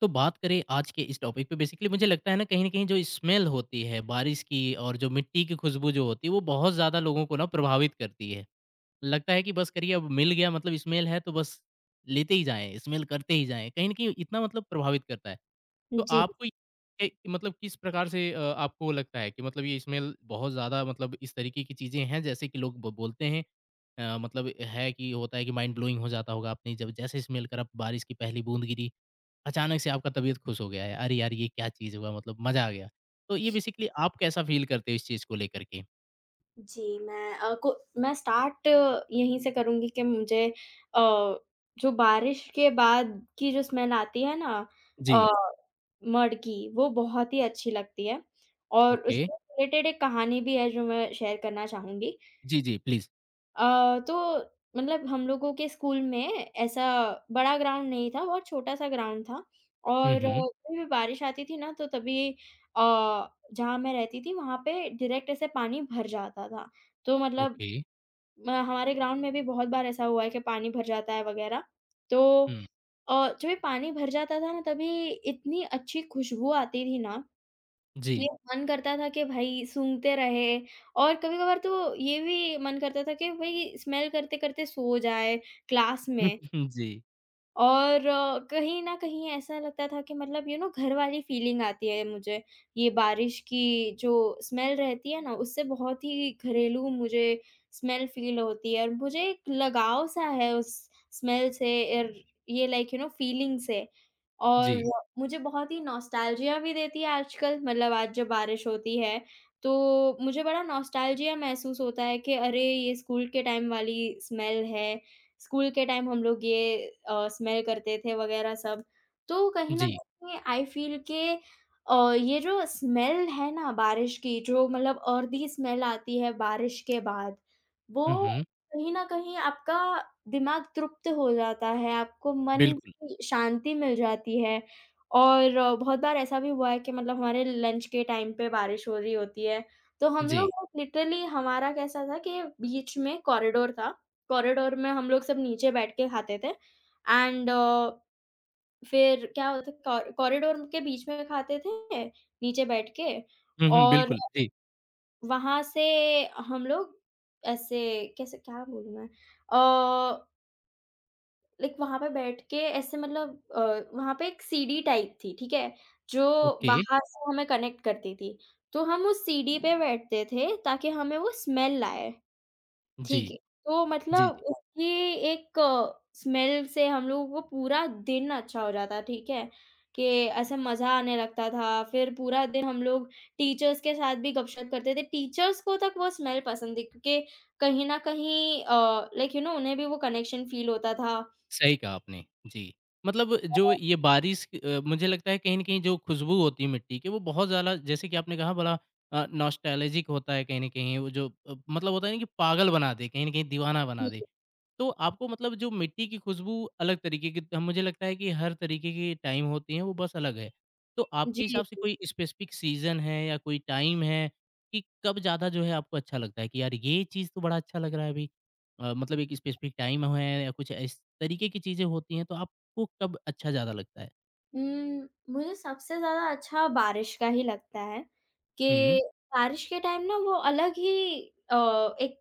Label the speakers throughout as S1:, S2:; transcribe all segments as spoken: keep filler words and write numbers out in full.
S1: तो बात करें आज के इस टॉपिक पे बेसिकली मुझे लगता है ना कहीं न कहीं जो स्मेल होती है बारिश की और जो मिट्टी की खुशबू जो होती है वो बहुत ज़्यादा लोगों को ना प्रभावित करती है। लगता है कि बस करिए अब मिल गया मतलब स्मेल है तो बस लेते ही जाएँ, स्मेल करते ही जाएँ। कहीं न कहीं इतना मतलब प्रभावित करता है। तो
S2: जी,
S1: आपको ये ए, मतलब किस प्रकार से अ, आपको लगता है कि मतलब ये स्मेल बहुत ज़्यादा मतलब इस तरीके की चीज़ें हैं जैसे कि लोग ब बोलते हैं अ, मतलब है कि होता है कि माइंड ब्लोइंग हो जाता होगा आपने जब जैसे स्मेल करा बारिश की पहली बूँद गिरी अचानक से आपका तबीयत खुश हो गया है, अरे यार ये क्या चीज़ हुआ मतलब मज़ा आ गया। तो ये बेसिकली आप कैसा फ़ील करते हो इस चीज़ को लेकर के?
S2: जी, मैं अ, को मैं स्टार्ट यहीं से करूँगी कि मुझे अ, जो बारिश के बाद की जो स्मेल आती है ना अ,
S1: जी,
S2: मड की, वो बहुत ही अच्छी लगती है और
S1: ओके।
S2: उससे रिलेटेड एक कहानी भी है जो मैं शेयर करना चाहूँगी।
S1: जी, जी, प्लीज़।
S2: अ, तो मतलब हम लोगों के स्कूल में ऐसा बड़ा ग्राउंड नहीं था, बहुत छोटा-सा ग्राउंड था।
S1: हुँ,
S2: और
S1: हुँ,
S2: कभी भी बारिश आती थी ना तो तभी अ, जहाँ मैं रहती थी वहाँ पे डायरेक्ट ऐसे पानी भर जाता था। तो मतलब
S1: ओके।
S2: म हमारे ग्राउंड में भी बहुत बार ऐसा हुआ है कि पानी भर जाता है वगैरह। तो
S1: हुँ,
S2: अ, जब ये पानी भर जाता था ना तभी इतनी अच्छी खुशबू आती थी ना, ये
S1: जी,
S2: मन करता था कि भाई सूंघते रहे। और कभी-कभार तो ये भी मन करता था कि भाई स्मेल करते-करते सो जाए क्लास में।
S1: जी,
S2: और अ, कहीं न कहीं ऐसा लगता था कि मतलब यू नो घर वाली फ़ीलिंग आती है मुझे। ये बारिश की जो स्मेल रहती है ना, उससे बहुत ही घरेलू मुझे स्मेल फ़ील होती है और मुझे एक लगाव सा है उस स्मेल से और ये लाइक यू नो फ़ीलिंग से। और
S1: जी,
S2: हुँ। मुझे बहुत ही नॉस्टैल्जिया भी देती है आजकल, मतलब आज जब बारिश होती है, तो मुझे बड़ा नॉस्टैल्जिया महसूस होता है कि अरे! ये स्कूल के टाइम वाली स्मेल है। स्कूल के टाइम हम लोग ये अ, स्मेल करते थे वगैरह सब। तो कहीं न
S1: जी।
S2: कहीं आई फ़ील के अ, ये जो स्मेल है ना बारिश की, जो मतलब अर्दी स्मेल आती है बारिश के बाद,
S1: हुँ,
S2: वो
S1: हुँ,
S2: कहीं न कहीं आपका दिमाग तृप्त हो जाता है, आपको मन
S1: बिल्कुल,
S2: की शांति मिल जाती है। और अ, बहुत बार ऐसा भी हुआ है कि मतलब हमारे लंच के टाइम पे बारिश हो रही होती है, तो हम
S1: जी।
S2: लोग लिटरली, हमारा कैसा था कि बीच में कॉरिडोर था, कॉरिडोर में हम लोग सब नीचे बैठ के खाते थे, एंड अ, फिर क्या होता, कॉ कॉरिडोर के बीच में खाते थे, नीचे बैठ के।
S1: हुँ, हुँ,
S2: और
S1: बिल्कुल, जी,
S2: वहाँ से हम लोग ऐसे, कैसे क्या बोलूँ मैं? अ, लाइक वहाँ पे बैठ के ऐसे, मतलब अ, वहाँ पे एक सीढ़ी टाइप थी, ठीक है? जो
S1: ओके,
S2: बाहर से हमें कनेक्ट करती थी। तो हम उस सीढ़ी पे बैठते थे ताकि हमें वो स्मेल आए।
S1: जी,
S2: ठीक है, तो
S1: जी,
S2: मतलब
S1: जी।
S2: उसकी एक स्मेल से हम लोगों को पूरा दिन अच्छा हो जाता, ठीक है? कि ऐसा मज़ा आने लगता था, फिर पूरा दिन हम लोग टीचर्स के साथ भी गपशप करते थे। टीचर्स को तक वो स्मेल पसंद थी क्योंकि कहीं न कहीं अ, लाइक यू नो उन्हें भी वो कनेक्शन फ़ील होता था।
S1: सही कहा आपने, जी। मतलब जो ये बारिश अ, मुझे लगता है कहीं न कहीं जो खुशबू होती है मिट्टी की वो बहुत ज़्यादा जैसे कि आपने कहा बड़ा अ, नॉस्टैल्जिक होता है कहीं न कहीं वो जो अ, मतलब होता है ना कि पागल बना दे, कहीं न कहीं दीवाना बना
S2: जी,
S1: दे। तो आपको मतलब जो मिट्टी की खुशबू अलग तरीके की अ, मुझे लगता है कि हर तरीके की टाइम होती है, वो बस अलग है। तो
S2: जी,
S1: आपके हिसाब से
S2: जी।
S1: कोई स्पेसिफ़िक सीज़न है या कोई टाइम है कि कब ज़्यादा जो है आपको अच्छा लगता है कि यार ये चीज़ तो बड़ा अच्छा लग रहा है अभी? अ, मतलब एक स्पेसिफ़िक टाइम है या कुछ इस तरीके की चीज़ें होती हैं, तो आपको कब अच्छा ज़्यादा लगता है?
S2: उम, मुझे सबसे ज़्यादा अच्छा बारिश का ही लगता है कि
S1: हुँ,
S2: बारिश के टाइम ना वो अलग ही अ, एक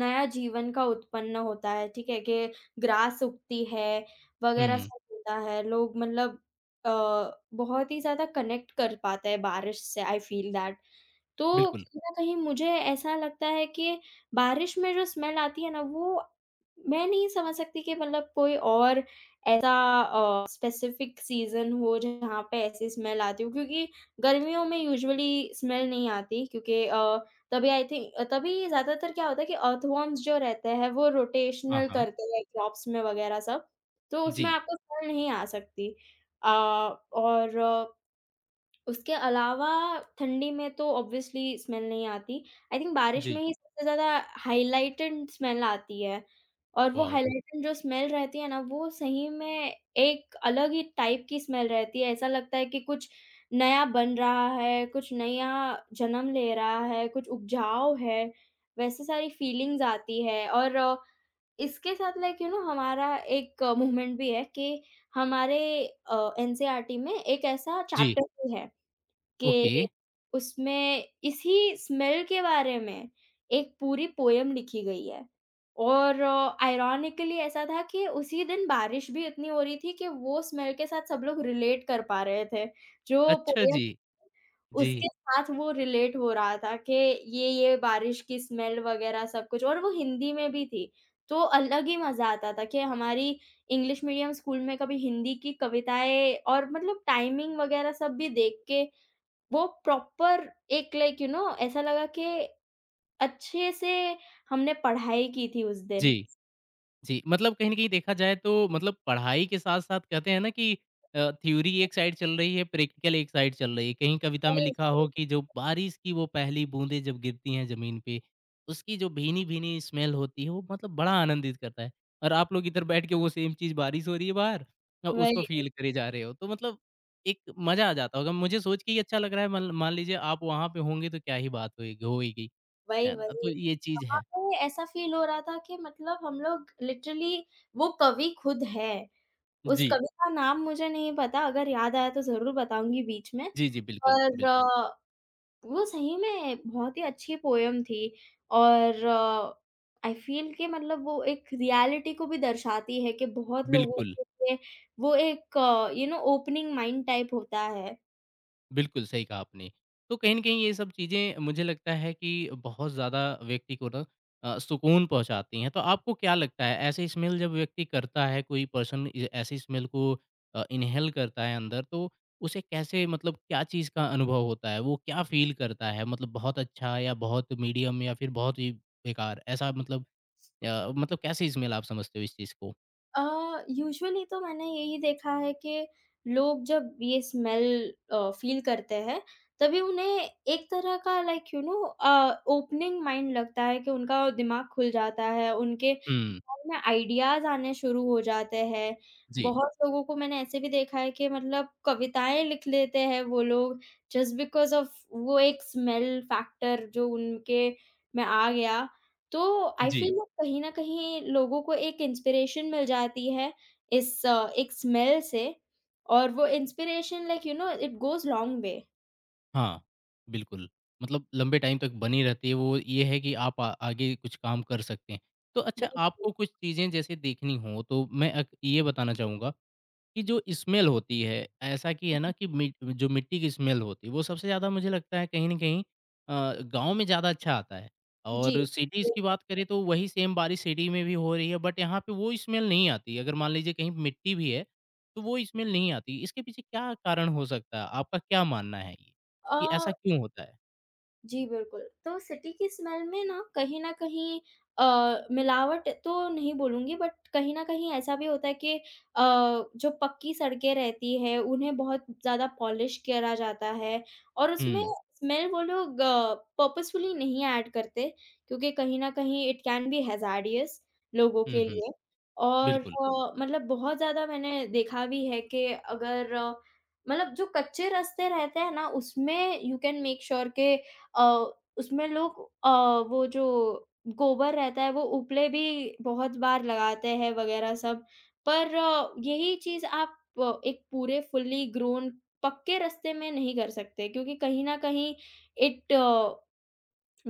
S2: नया जीवन का उत्पन्न होता है, ठीक है? कि ग्रास उगती है, वगैरह
S1: हुँ,
S2: सब होता है। लोग मतलब अ, बहुत ही ज़्यादा कनेक्ट कर पाते हैं बारिश से, आई फ़ील दैट। तो
S1: बिल्कुल।
S2: कहीं न कहीं मुझे ऐसा लगता है कि बारिश में जो स्मेल आती है ना, वो मैं नहीं समझ सकती कि मतलब कोई और ऐसा अ, स्पेसिफ़िक सीज़न हो जहाँ पे ऐसी स्मेल आती हो, क्योंकि गर्मियों में यूजुअली स्मेल नहीं आती, क्योंकि अ, तभी आई थिंक अ, तभी ज़्यादातर क्या होता है कि अर्थवॉर्म्स जो रहते हैं वो
S1: हाँ,
S2: रोटेशनल
S1: हाँ।
S2: करते हैं क्रॉप्स में वग़ैरह सब, तो उसमें
S1: जी,
S2: आपको स्मेल नहीं आ सकती। अ, और उसके अलावा ठंडी में तो ऑब्वियसली स्मेल नहीं आती। आई थिंक बारिश
S1: जी।
S2: में ही सबसे ज़्यादा हाइलाइटेड स्मेल आती है और वो
S1: वॉव!
S2: हाइलाइटेड जो स्मेल रहती है ना, वो सही में एक अलग ही टाइप की स्मेल रहती है। ऐसा लगता है कि कुछ नया बन रहा है, कुछ नया जन्म ले रहा है, कुछ उपजाऊ है, वैसे सारी फीलिंग्स आती है। और अ, इसके साथ लाइक यू नो हमारा एक मूवमेंट भी है कि हमारे अ, एनसीईआरटी में एक ऐसा
S1: जी,
S2: चैप्टर भी है
S1: ओके।
S2: कि उसमें इसी स्मेल के बारे में एक पूरी पोएम लिखी गई है। और आयरॉनिकली ऐसा था कि उसी दिन बारिश भी इतनी हो रही थी कि वो स्मेल के साथ सब लोग रिलेट कर पा रहे थे, जो
S1: अच्छा
S2: पोएम
S1: जी। जी,
S2: उसके साथ वो रिलेट हो रहा था कि ये, ये बारिश की स्मेल वगैरह सब कुछ, और वो हिंदी में भी थी। तो अलग ही मज़ा आता था कि हमारी इंग्लिश मीडियम स्कूल में कभी हिंदी की कविताएँ और मतलब टाइमिंग वगैरह सब भी देख के वो प्रॉपर एक लाइक यू नो ऐसा लगा कि अच्छे से हमने पढ़ाई की थी उस दिन।
S1: जी। जी, मतलब कहीं न कहीं देखा जाए तो मतलब पढ़ाई के साथ-साथ कहते हैं ना कि अ, थ्योरी एक साइड चल रही है, प्रैक्टिकल एक साइड चल रही है। कहीं कविता में
S2: वही,
S1: लिखा
S2: वही।
S1: हो कि जो बारिश की वो पहली बूंदें जब गिरती हैं ज़मीन पे, उसकी जो भीनी-भीनी स्मेल होती है, वो मतलब बड़ा आनंदित करता है। और आप लोग इधर बैठ के वो सेम चीज़ बारिश हो रही है बाहर अ, उसको
S2: वही।
S1: फ़ील करे जा रहे हो। तो मतलब एक मज़ा आ जाता होगा। मुझे सोच के ही अच्छा लग रहा है मान मान लीजिए आप वहाँ पे होंगे तो क्या ही बात होएगी होएगी,
S2: वही,
S1: है ना?
S2: वही।
S1: तो ये चीज़
S2: वहाँ
S1: है।
S2: पे ऐसा फ़ील हो रहा था कि मतलब हम लोग लिटरली वो कवि खुद है। उस
S1: जी।
S2: कवि का नाम मुझे नहीं पता, अगर याद आया तो ज़रूर बताऊँगी बीच में।
S1: जी, जी, बिल्कुल,
S2: पर
S1: बिल्कुल।
S2: वो सही में बहुत ही अच्छी पोएम थी और आई फ़ील कि मतलब वो एक रियलिटी को भी दर्शाती है कि बहुत लोगों
S1: बिल्कुल।
S2: के लिए वो एक you know opening mind type होता है।
S1: बिल्कुल, सही कहा आपने। तो कहीं न कहीं ये सब चीज़ें मुझे लगता है कि बहुत ज़्यादा व्यक्ति को ना अ, सुकून पहुँचाती हैं। तो आपको क्या लगता है ऐसे स्मेल जब व्यक्ति करता है, कोई पर्सन ए ऐसी स्मेल को अ, इन्हेल करता है अंदर तो उसे कैसे मतलब क्या चीज़ का अनुभव होता है? वो क्या फ़ील करता है? मतलब बहुत अच्छा या बहुत मीडियम या फिर बहुत ही बेकार? ऐसा मतलब अ, मतलब कैसी स्मेल आप समझते हो इस चीज़ को?
S2: अ, यूजुअली तो मैंने यही देखा है कि लोग जब ये स्मेल अ, फ़ील करते हैं, तभी उन्हें एक तरह का लाइक यू नो अ, ओपनिंग माइंड लगता है कि उनका दिमाग खुल जाता है, उनके
S1: हुँ।
S2: में आइडियाज़ आने शुरू हो जाते हैं।
S1: जी,
S2: बहुत लोगों को मैंने ऐसे भी देखा है कि मतलब कविताएँ लिख लेते हैं वो लोग जस्ट बिकॉज़ ऑफ़ वो एक स्मेल फैक्टर जो उनके में आ गया। तो आई
S1: जी।
S2: फ़ील, हुँ। वो कहीं न कहीं लोगों को एक इंस्पिरेशन मिल जाती है इस अ, एक स्मेल से, और वो inspiration like you know it goes long way.
S1: हाँ, बिल्कुल। मतलब लंबे टाइम तक बनी रहती है, वो ये है कि आप आ आगे कुछ काम कर सकते हैं। तो अच्छा
S2: बिल्कुल।
S1: आपको कुछ चीज़ें जैसे देखनी हो, तो मैं अक ये बताना चाहूँगा कि जो स्मेल होती है, ऐसा कि है ना कि मि जो मिट्टी की स्मेल होती है, वो सबसे ज़्यादा मुझे लगता है कहीं न कहीं अ, गाँव में ज़्यादा अच्छा आता है।
S2: जी।
S1: और सिटीज़ की बात करें तो वही सेम बारिश सिटी में भी हो रही है, बट यहाँ पे वो स्मेल नहीं आती। अगर मान लीजिए कहीं मिट्टी भी है, तो वो स्मेल नहीं आती। इसके पीछे क्या कारण हो सकता है? आपका क्या मानना है ये,
S2: अ
S1: कि ऐसा क्यों होता है?
S2: जी, बिल्कुल। तो सिटी की स्मेल में ना कहीं न कहीं अ, मिलावट तो नहीं बोलूँगी, बट कहीं न कहीं ऐसा भी होता है कि अ, जो पक्की सड़कें रहती हैं उन्हें बहुत ज़्यादा पॉलिश करा जाता है और उसमें
S1: हुँ।
S2: स्मेल वो लोग पर्पसफुली नहीं ऐड करते क्योंकि कहीं न कहीं इट कैन बी हैज़ार्डियस लोगों
S1: हुँ,
S2: के
S1: हुँ।
S2: लिए। और
S1: बिल्कुल।
S2: अ, मतलब बहुत ज़्यादा मैंने देखा भी है कि अगर अ, मतलब जो कच्चे रास्ते रहते हैं ना, उसमें यू कैन मेक श्योर के अ, उसमें लोग अ, वो जो गोबर रहता है वो उपले भी बहुत बार लगाते हैं वगैरह सब। पर अ, यही चीज़ आप अ, एक पूरे फुल्ली ग्रोन पक्के रास्ते में नहीं कर सकते, क्योंकि कहीं न कहीं इट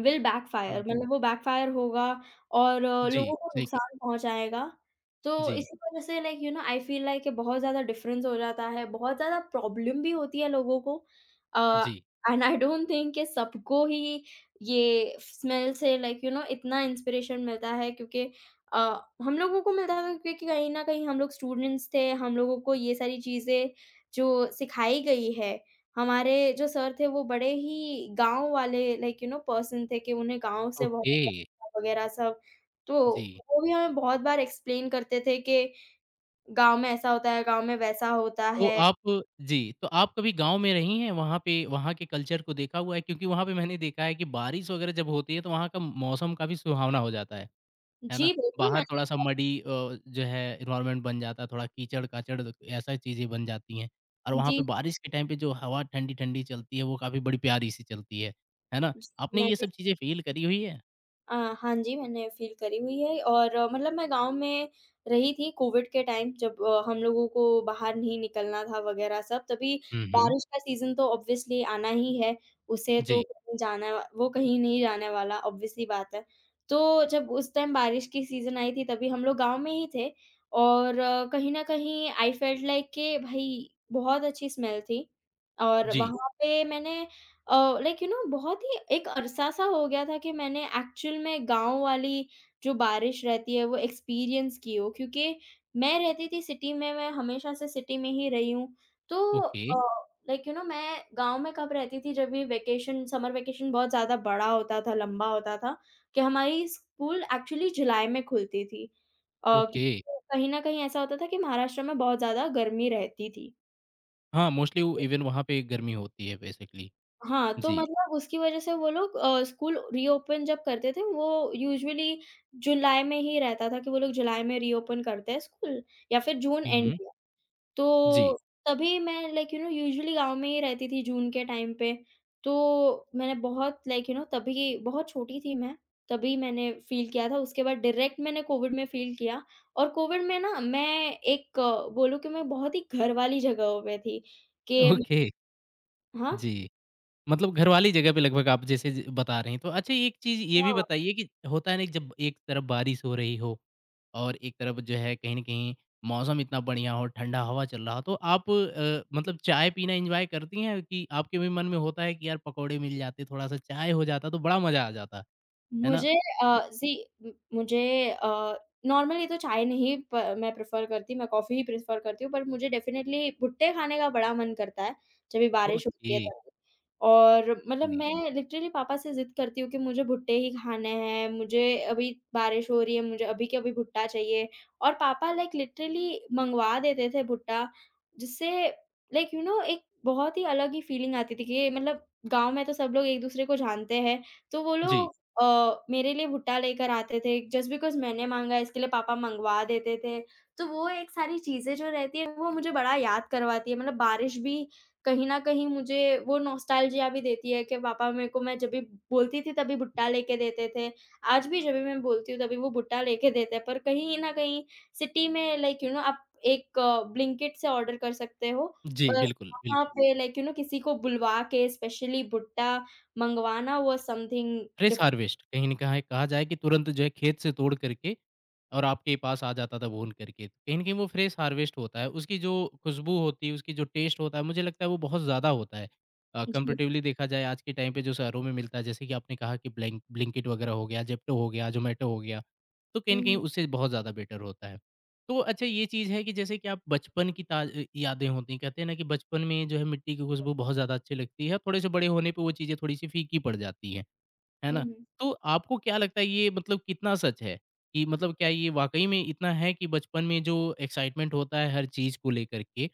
S2: विल बैकफ़ायर,
S1: हुँ।
S2: मतलब वो बैकफ़ायर होगा और अ,
S1: जी,
S2: लोगों को
S1: सही कहा।
S2: नुकसान पहुँचाएगा। तो
S1: जी,
S2: इसी वज़ह से like you know I feel like कि बहुत ज़्यादा डिफ़रेंस हो जाता है, बहुत ज़्यादा प्रॉब्लम भी होती है लोगों को। अ,
S1: जी।
S2: एंड आई डोंट थिंक कि सबको ही ये स्मेल से लाइक यू नो इतना इंस्पिरेशन मिलता है, क्योंकि अ, हम लोगों को मिलता है क्योंकि कहीं न कहीं हम लोग स्टूडेंट्स थे, हम लोगों को ये सारी चीज़ें जो सिखाई गई है, हमारे जो सर थे वो बड़े ही गाँव वाले लाइक यू नो पर्सन थे कि उन्हें गाँव से बहुत
S1: ओके।
S2: अच्छा वगैरह सब। तो
S1: जी।
S2: वो भी हमें बहुत बार एक्सप्लेन करते थे कि गाँव में ऐसा होता है, गाँव में वैसा होता
S1: तो
S2: है।
S1: आप जी, तो आप कभी गाँव में रही हैं? वहाँ पे वहाँ के कल्चर को देखा हुआ है? क्योंकि वहाँ पे मैंने देखा है कि बारिश वगैरह जब होती है तो वहाँ का मौसम काफ़ी सुहावना हो जाता है, है ना?
S2: जी, बिल्कुल,
S1: बाहर
S2: मैंने
S1: थोड़ा-सा मडी अ, जो है एनवायरनमेंट बन जाता है, थोड़ा कीचड़-काचड़ ऐसा चीज़ें बन जाती हैं और वहाँ पे
S2: जी,
S1: बारिश के टाइम पे जो हवा ठंडी-ठंडी चलती है वो काफ़ी बड़ी प्यारी-सी चलती है, है ना?
S2: जी,
S1: आपने ये
S2: मैंने
S1: सब चीज़ें फ़ील करी हुई है?
S2: अ, हाँ जी, मैंने फ़ील करी हुई है और अ, मतलब मैं गाँव में रही थी कोविड के टाइम जब अ, हम लोगों को बाहर नहीं निकलना था वग़ैरह सब, तभी हुँ।
S1: हुँ, हुँ।
S2: बारिश का सीज़न तो ऑब्वियसली आना ही है, उसे तो
S1: जी,
S2: कहीं जाना, वो कहीं नहीं जाने वाला, ऑब्वियसली बात है। तो जब उस टाइम बारिश की सीज़न आई थी तभी हम लोग गाँव में ही थे, और अ, कहीं न कहीं आई फेल्ट लाइक कि भाई बहुत अच्छी स्मेल थी, और
S1: जी।
S2: वहाँ पे मैंने अ, लाइक यू नो बहुत ही एक अरसा-सा हो गया था कि मैंने एक्चुअल में गाँव वाली जो बारिश रहती है वो एक्सपीरियंस की हो, क्योंकि मैं रहती थी सिटी में, मैं हमेशा से सिटी में ही रही हूँ। तो
S1: ओके,
S2: अ, लाइक यू नो मैं गाँव में कब रहती थी जब भी वैकेशन, समर वैकेशन बहुत ज़्यादा बड़ा होता था, लंबा होता था कि हमारी स्कूल एक्चुअली जुलाई में खुलती थी। अ, क्योंकि
S1: ओके।
S2: कहीं न कहीं ऐसा होता था कि महाराष्ट्र में बहुत ज़्यादा गर्मी रहती थी।
S1: हाँ, मोस्टली वो इवन वहाँ पे गर्मी होती है बेसिकली।
S2: हाँ, तो
S1: जी।
S2: मतलब उसकी वज़ह से वो लोग अ, स्कूल रीओपन जब करते थे, वो यूजुअली जुलाई में ही रहता था कि वो लोग जुलाई में रीओपन करते हैं स्कूल, या फिर जून
S1: हुँ,
S2: एंड
S1: हुँ।
S2: में।
S1: जी।
S2: तो तभी मैं लाइक यू नो यूजुअली गाँव में ही रहती थी जून के टाइम पे, तो मैंने बहुत लाइक यू नो तभी बहुत छोटी थी मैं, तभी मैंने फ़ील किया था। उसके बाद डायरेक्ट मैंने कोविड में फ़ील किया, और कोविड में ना मैं एक बोलूँ कि मैं बहुत ही घर वाली जगहों पे थी कि
S1: ओके,
S2: हाँ?
S1: जी। मतलब घर वाली जगह पे लगभग आप जैसे ज बता रहे हैं। तो अच्छा एक चीज़ ये भी
S2: हाँ।
S1: बताइए कि होता है ना कि जब एक तरफ बारिश हो रही हो और एक तरफ जो है कहीं न कहीं मौसम इतना बढ़िया हो, ठंडा हवा चल रहा हो, तो आप अ, मतलब चाय पीना एन्जॉय करती हैं कि आपके भी मन में होता है कि यार पकौड़े मिल जाते, थोड़ा-सा चाय हो जाता तो बड़ा मज़ा आ जाता, है ना?
S2: मुझे
S1: तो
S2: अ, जी, म मुझे अ, नॉर्मली तो चाय नहीं प मैं प्रेफ़र करती, मैं कॉफ़ी ही प्रेफ़र करती हूँ, पर मुझे डेफ़िनेटली भुट्टे खाने का बड़ा मन करता है, जब भी बारिश होती
S1: ओके,
S2: है तब। और मतलब
S1: जी।
S2: मैं लिटरली पापा से ज़िद करती हूँ कि मुझे भुट्टे ही खाने हैं, मुझे अभी बारिश हो रही है, मुझे अभी के अभी भुट्टा चाहिए, और पापा लाइक लिटरली मँगवा देते थे भुट्टा, जिससे लाइक यू नो एक बहुत ही अलग ही फ़ीलिंग आती थी कि मतलब गाँव में तो सब लोग एक-दूसरे को जानते हैं, तो वो
S1: जी,
S2: लोग अ, मेरे लिए भुट्टा लेकर आते थे जस्ट बिकॉज़ मैंने माँगा है, इसके लिए पापा मँगवा देते थे। तो वो एक सारी चीज़ें जो रहती है वो मुझे बड़ा याद करवाती है, मतलब बारिश भी कहीं न कहीं मुझे वो नॉस्टैल्जिया भी देती है कि पापा मेरे को, मैं जब भी बोलती थी तभी भुट्टा लेके देते थे। आज भी जब भी मैं बोलती हूँ तभी वो भुट्टा लेके देते हैं, पर कहीं न कहीं सिटी में लाइक यू नो आप एक ब्लिंकिट से ऑर्डर कर सकते हो,
S1: जी,
S2: पर
S1: बिल्कुल,
S2: वहाँ हुँ।
S1: बिल्कुल।
S2: पे लाइक यू नो किसी को बुलवा के स्पेशली भुट्टा मँगवाना, वो समथिंग
S1: फ्रेश
S2: डिफ
S1: हार्वेस्ट कहीं न कहाँ कहा जाए कि तुरंत जो है खेत से तोड़ करके और आपके पास आ जाता था भून करके। कहीं न कहीं वो फ्रेश हार्वेस्ट होता है, उसकी जो खुशबू होती है, उसकी जो टेस्ट होता है, मुझे लगता है वो बहुत ज़्यादा होता है। अ,
S2: जी।
S1: कंपैरेटिवली देखा जाए आज के टाइम पे जो शहरों में मिलता है, जैसे कि आपने कहा कि ब्लैंक ब्लिंकिट वगैरह हो गया, ज़ेप्टो हो गया, ज़ोमैटो हो गया, तो कहीं
S2: हुँ,
S1: न कहीं
S2: हुँ।
S1: उससे बहुत ज़्यादा बेटर होता है। तो अच्छा ये चीज़ है कि जैसे कि आप बचपन की ताज़ अ, यादें होती हैं, कहते हैं ना कि बचपन में जो है मिट्टी की खुशबू बहुत ज़्यादा अच्छी लगती है, थोड़े से बड़े होने पे वो चीज़ें थोड़ी-सी फीकी पड़ जाती हैं। है
S2: हुँ,
S1: ना?
S2: हुँ।
S1: तो आपको क्या लगता है ये मतलब कितना सच है? कि मतलब क्या ये वाक़ई में इतना है कि बचपन में जो एक्साइटमेंट होता है हर चीज़ को लेकर के,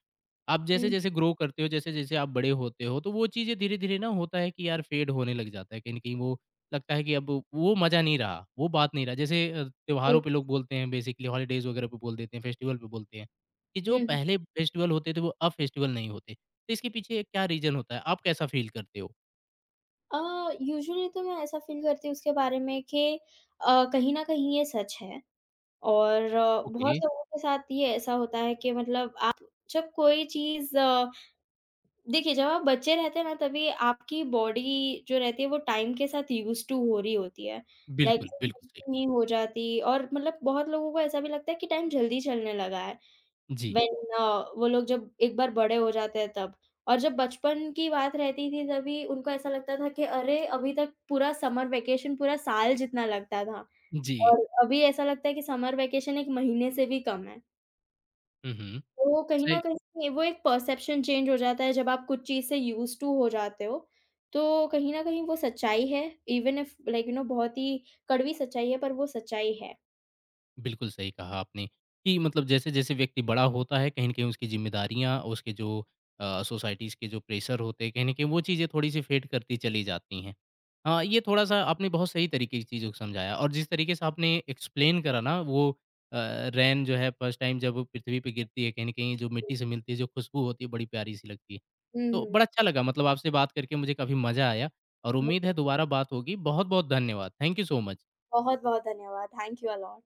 S1: आप
S2: हुँ,
S1: जैसे-जैसे ग्रो करते हो, जैसे-जैसे आप बड़े होते हो, तो वो चीज़ें धीरे-धीरे ना होता है कि यार फ़ेड होने लग जाता है कहीं न कहीं वो लगता है कि अब वो मज़ा नहीं रहा, वो बात नहीं रहा। जैसे अ, त्योहारों पे लोग बोलते हैं बेसिकली हॉलिडेज़ वगैरह पे बोल देते हैं, फेस्टिवल पे बोलते हैं, कि जो
S2: हुँ, हुँ।
S1: पहले फेस्टिवल होते थे वो अब फेस्टिवल नहीं होते। तो इसके पीछे क्या रीज़न होता है? आप कैसा फ़ील करते हो?
S2: अ, यूजुअली तो मैं ऐसा फ़ील करती हूँ उसके बारे में कि अ, कहीं न कहीं ये सच है, और अ, बहुत
S1: ओके,
S2: लोगों के साथ ये ऐसा होता है कि मतलब आप जब कोई चीज़ अ, देखिए, जब आप बच्चे रहते हैं ना तभी आपकी बॉडी जो रहती है वो टाइम के साथ यूज़्ड टू हो रही होती है। लाइक
S1: बिल्कुल, बिल्कुल सही।
S2: नहीं हो जाती, और मतलब बहुत लोगों को ऐसा भी लगता है कि टाइम जल्दी चलने लगा है।
S1: जी।
S2: व्हेन अ, वो लोग जब एक बार बड़े हो जाते हैं तब। और जब बचपन की बात रहती थी तभी उनको ऐसा लगता था कि अरे! अभी तक पूरा समर वैकेशन पूरा साल जितना लगता था,
S1: जी।
S2: और अभी ऐसा लगता है कि समर वैकेशन एक महीने से भी कम है।
S1: हुँ, हुँ।
S2: तो कहीं न
S1: सही
S2: कहीं वो एक परसेप्शन चेंज हो जाता है जब आप कुछ चीज़ से यूज़्ड टू हो जाते हो। तो कहीं न कहीं वो सच्चाई है, even if like you know बहुत ही कड़वी सच्चाई है, पर वो सच्चाई है।
S1: बिल्कुल सही कहा आपने कि मतलब जैसे-जैसे व्यक्ति बड़ा होता है, कहीं न कहीं उसकी ज़िम्मेदारियाँ, उसके जो अ, सोसाइटीज़ के जो प्रेशर होते हैं, कहीं न कहीं वो चीज़ें थोड़ी-सी फेड करती चली जाती हैं। हाँ, ये थोड़ा-सा आपने बहुत सही तरीके की चीज़ों को समझाया और जिस तरीके से आपने एक्सप्लेन करा ना वो अ, रैन जो है फर्स्ट टाइम जब वो पृथ्वी पे गिरती है, कहीं न कहीं जो मिट्टी से मिलती है, जो खुशबू होती है, बड़ी प्यारी-सी लगती है।
S2: हुँ,
S1: तो
S2: हुँ।
S1: बड़ा अच्छा लगा मतलब आपसे बात करके मुझे काफ़ी मज़ा आया और उम्मीद है दोबारा बात होगी। बहुत-बहुत धन्यवाद। Thank you so much.
S2: बहुत-बहुत धन्यवाद। Thank you a lot.